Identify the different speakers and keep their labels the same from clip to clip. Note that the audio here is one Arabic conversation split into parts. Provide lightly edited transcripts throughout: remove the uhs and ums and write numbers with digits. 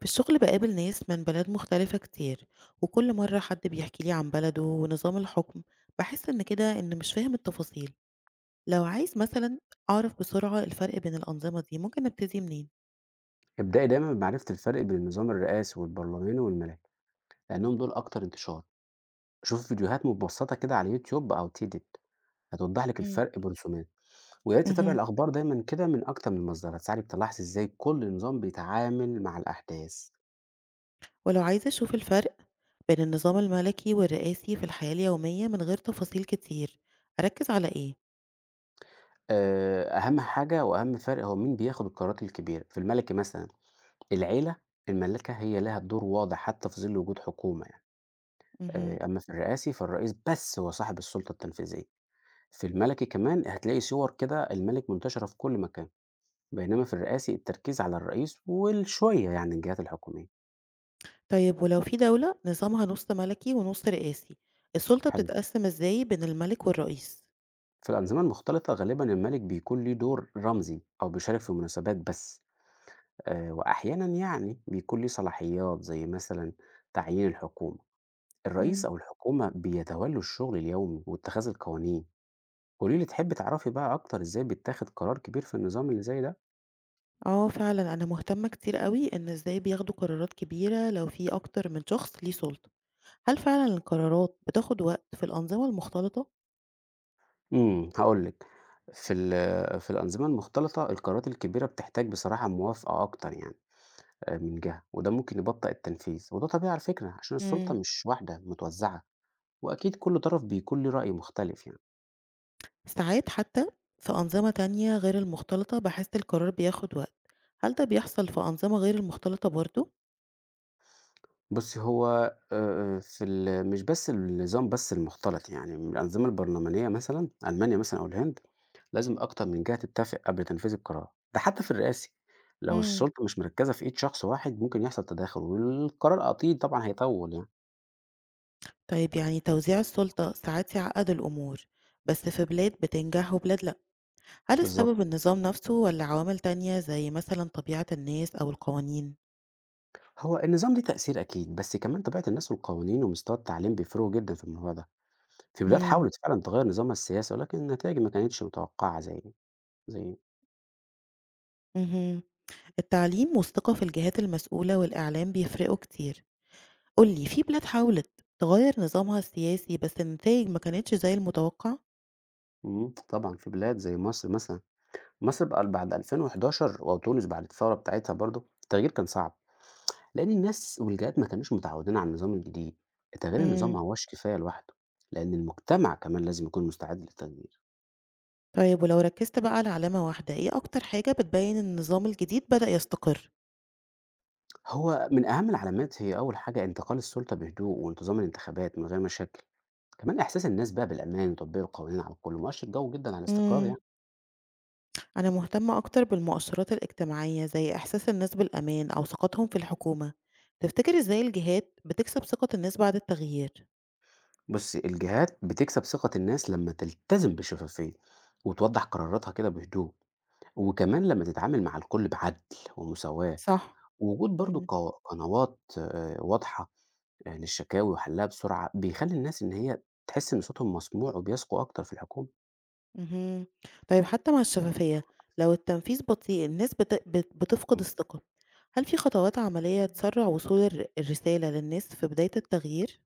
Speaker 1: في الشغل بقابل ناس من بلاد مختلفة كتير، وكل مرة حد بيحكي لي عن بلده ونظام الحكم بحس إن كده إن مش فاهم التفاصيل. لو عايز مثلا أعرف بسرعة الفرق بين الأنظمة دي ممكن أبتدي منين؟
Speaker 2: ابدأي دايما بمعرفة الفرق بين النظام الرئاسي والبرلماني والملكي، لأنهم دول أكتر انتشار. شوف فيديوهات مبسطة كده على يوتيوب أو تيدت هتوضح لك
Speaker 1: مم.
Speaker 2: الفرق برسومات. ويا ريت تتابعي
Speaker 1: مهم.
Speaker 2: الأخبار دايما كده من أكتر من مصدر، هتساعدك تلاحظي إزاي كل نظام بيتعامل مع الأحداث.
Speaker 1: ولو عايزة أشوف الفرق بين النظام الملكي والرئاسي في الحياة اليومية من غير تفاصيل كتير أركز على إيه؟
Speaker 2: آه، أهم حاجة وأهم فرق هو مين بياخد القرارات الكبيرة. في الملكي مثلا العيلة الملاكة هي لها دور واضح حتى في ظل وجود حكومة يعني.
Speaker 1: مهم.
Speaker 2: آه، أما في الرئاسي فالرئيس بس هو صاحب السلطة التنفيذية. في الملكي كمان هتلاقي صور كده الملك منتشرة في كل مكان، بينما في الرئاسي التركيز على الرئيس والشوية يعني الجهات الحكومية.
Speaker 1: طيب ولو في دولة نظامها نص ملكي ونص رئاسي، السلطة
Speaker 2: حلو.
Speaker 1: بتتقسم إزاي بين الملك والرئيس؟
Speaker 2: في الأنظمة المختلطة غالبا الملك بيكون ليه دور رمزي أو بيشارك في مناسبات بس. آه، وأحيانا يعني بيكون ليه صلاحيات زي مثلا تعيين الحكومة. الرئيس أو الحكومة بيتولوا الشغل اليومي واتخاذ القوانين. قوليلي تحب تعرفي بقى أكتر إزاي بيتاخد قرار كبير في النظام اللي زي ده؟
Speaker 1: آه فعلًا أنا مهتمة كتير أوي إن إزاي بياخدوا قرارات كبيرة لو في أكتر من شخص ليه سُلطة، هل فعلًا القرارات بتاخد وقت في الأنظمة المختلطة؟
Speaker 2: هاقول لِك، في ال في الأنظمة المختلطة القرارات الكبيرة بتحتاج بصراحة موافقة أكتر يعني من جهة، وده ممكن يبطّئ التنفيذ، وده طبيعي على فكرة عشان السلطة
Speaker 1: إمم.
Speaker 2: مش واحدة، متوزعة، وأكيد كل طرف بيكون ليه رأي مختلف يعني.
Speaker 1: ساعات حتى في أنظمة تانية غير المختلطة باحس القرار بياخد وقت، هل ده بيحصل في أنظمة غير المختلطة برضه؟
Speaker 2: بُصّي، هو في ال مش بس النظام بس المختلط يعني، من الأنظمة البرلمانية مثلًا، ألمانيا مثلًا أو الهند، لازم أكتر من جهة تتفق قبل تنفيذ القرار، ده حتى في الرئاسي، لو
Speaker 1: إمم.
Speaker 2: السلطة مش مركّزة في إيد شخص واحد ممكن يحصل تداخل، والقرار أطيل طبعًا هيطوّل يعني.
Speaker 1: طيب يعني توزيع السُلطة ساعات يعقّد الأمور، بس في بلاد بتنجح وبلاد لأ، هل
Speaker 2: بالضبط.
Speaker 1: السبب النظام نفسه والّا عوامل تانية زي مثلًا طبيعة الناس أو القوانين؟
Speaker 2: هو النظام ليه تأثير أكيد، بس كمان طبيعة الناس والقوانين ومستوى التعليم بيفرقوا جدًا في الموضوع ده. في بلاد
Speaker 1: إمم.
Speaker 2: حاولت فعلًا تغيّر نظامها السياسي، ولكن النتايج ما كانتش متوقعة زي
Speaker 1: اهم. التعليم والثقة في الجهات المسؤولة والإعلام بيفرقوا كتير. قولي في بلاد حاولت تغير نظامها السياسي بس النتائج ما كانتش زي المتوقع.
Speaker 2: طبعًا في بلاد زي مصر مثلًا، مصر بقى بعد 2011 وتونس بعد الثورة بتاعتها برضه، التغيير كان صعب، لأن الناس والجهات ما كانوش متعودين على النظام الجديد. تغيير النظام ما
Speaker 1: امم.
Speaker 2: هواش كفاية لوحده، لأن المجتمع كمان لازم يكون مستعد للتغيير.
Speaker 1: طيب ولو ركزت بقى على علامة واحدة، ايه أكتر حاجة بتبين إن النظام الجديد بدأ يستقر؟
Speaker 2: هو من أهم العلامات هي أول حاجة انتقال السلطة بهدوء وانتظام الانتخابات من غير مشاكل، كمان إحساس الناس بقى بالأمان وتطبيق القوانين على الكل مؤشر قوي جدا على الاستقرار
Speaker 1: امم.
Speaker 2: يعني.
Speaker 1: أنا مهتمة أكتر بالمؤشرات الاجتماعية زي إحساس الناس بالأمان أو ثقتهم في الحكومة. تفتكر إزاي الجهات بتكسب ثقة الناس بعد التغيير؟
Speaker 2: بص الجهات بتكسب ثقة الناس لما تلتزم بالشفافية وتوضح قراراتها كده بهدوء، وكمان لما تتعامل مع الكل بعدل ومساواة،
Speaker 1: صح.
Speaker 2: ووجود برضو
Speaker 1: مم.
Speaker 2: قنوات آه، واضحة آه، للشكاوي وحلها بسرعة بيخلي الناس إن هي تحس إن صوتهم مسموع وبيثقوا أكتر في الحكومة.
Speaker 1: اهم. طيب حتى مع الشفافية، لو التنفيذ بطيء الناس بت بت بتفقد الثقة، هل في خطوات عملية تسرّع وصول الرسالة للناس في بداية التغيير؟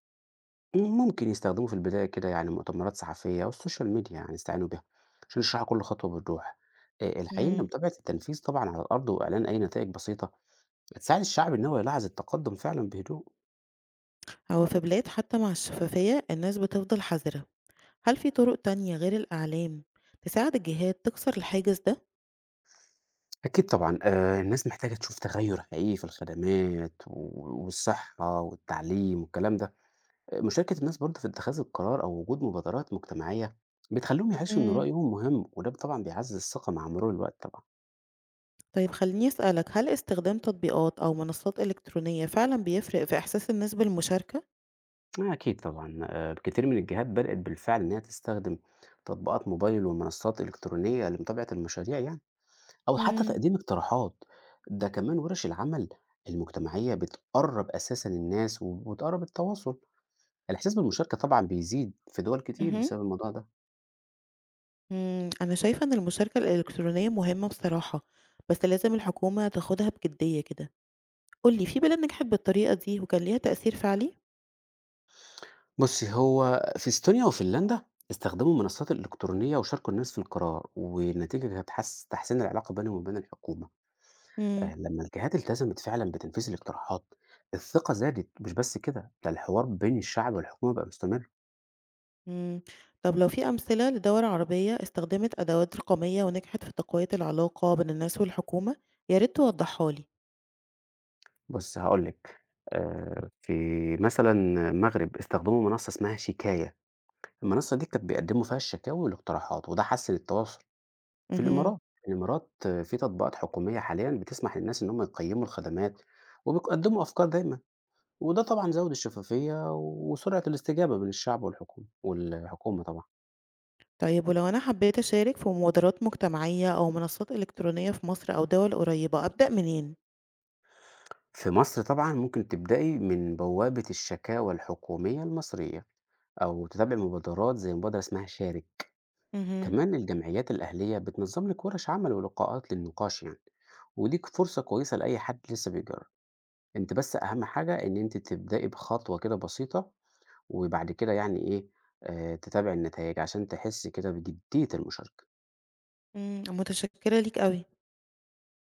Speaker 2: ممكن يستخدموا في البداية كده يعني مؤتمرات صحفية أو السوشيال ميديا يعني يستعينوا بها عشان يشرحوا كل خطوة بوضوح. آه، الحقيقة إن
Speaker 1: امم.
Speaker 2: متابعة التنفيذ طبعا على الأرض وإعلان أي نتائج بسيطة هتساعد الشعب إن هو يلاحظ التقدم فعلا بهدوء.
Speaker 1: هو في بلاد حتى مع الشفافية الناس بتفضل حذرة، هل في طرق تانية غير الإعلام تساعد الجهات تكسر الحاجز ده؟
Speaker 2: أكيد طبعا. آه، الناس محتاجة تشوف تغير حقيقي في الخدمات والصحة والتعليم والكلام ده. آه، مشاركة الناس برضه في اتخاذ القرار أو وجود مبادرات مجتمعية بتخليهم يحسوا إن
Speaker 1: امم.
Speaker 2: رأيهم مهم وده طبعا بيعزز الثقة مع مرور الوقت طبعا.
Speaker 1: طيب خلّيني أسألك، هل استخدام تطبيقات أو منصات إلكترونية فعلًا بيفرق في إحساس الناس بالمشاركة؟
Speaker 2: آه، أكيد طبعًا، كتير من الجهات بدأت بالفعل إن هي تستخدم تطبيقات موبايل ومنصات إلكترونية لمتابعة المشاريع يعني، أو حتى
Speaker 1: امم.
Speaker 2: تقديم اقتراحات. ده كمان ورش العمل المجتمعية بتقرّب أساسًا الناس وبتقرّب التواصل، الإحساس بالمشاركة طبعًا بيزيد في دول كتير
Speaker 1: اهم.
Speaker 2: بسبب الموضوع ده.
Speaker 1: إمم، أنا شايفة إن المشاركة الإلكترونية مهمة بصراحة، بس لازم الحكومة تاخدها بجدية كده. قُل لي في بلاد نجحت بالطريقة دي وكان ليها تأثير فعلي؟
Speaker 2: بُصّي، هو في إستونيا وفنلندا استخدموا المنصات الإلكترونية وشاركوا الناس في القرار، والنتيجة كانت حس تحسين العلاقة بينهم وبين الحكومة.
Speaker 1: إمم.
Speaker 2: لمّا الجهات التزمت فعلًا بتنفيذ الاقتراحات، الثقة زادت، مش بس كده، ده الحوار بين الشعب والحكومة بقى مستمر.
Speaker 1: إمم، طب لو في أمثلة لدول عربية استخدمت أدوات رقمية ونجحت في تقوية العلاقة بين الناس والحكومة، يا ريت توضحها لي.
Speaker 2: بُص هاقول لِك، في مثلًا المغرب استخدموا منصة اسمها شيكاية، المنصة دي كانت بيقدموا فيها الشكاوي والاقتراحات، وده حسّن التواصل. في
Speaker 1: اهم.
Speaker 2: الإمارات، آه، في تطبيقات حكومية حاليًا بتسمح للناس إن هم يقيّموا الخدمات، وبيقدموا أفكار دايمًا، وده طبعًا زوّد الشفافية وسرعة الاستجابة بين الشعب والحكومة طبعًا.
Speaker 1: طيب ولو أنا حبيت أشارك في مبادرات مجتمعية أو منصات إلكترونية في مصر أو دول قريبة، أبدأ منين؟
Speaker 2: في مصر طبعًا ممكن تبدئي من بوابة الشكاوى الحكومية المصرية، أو تتابعي مبادرات زي مبادرة اسمها شارك.
Speaker 1: اهم.
Speaker 2: كمان الجمعيات الأهلية بتنظم لِك ورش عمل ولقاءات للنقاش يعني، ودي ك فرصة كويسة لأي حد لسه بيجرب، أنتِ بس أهم حاجة إن أنتِ تبدئي بخطوة كده بسيطة، وبعد كده يعني إيه تتابعي النتايج عشان تحسي كده بجدية المشاركة.
Speaker 1: إمم، متشكرة ليك أوي.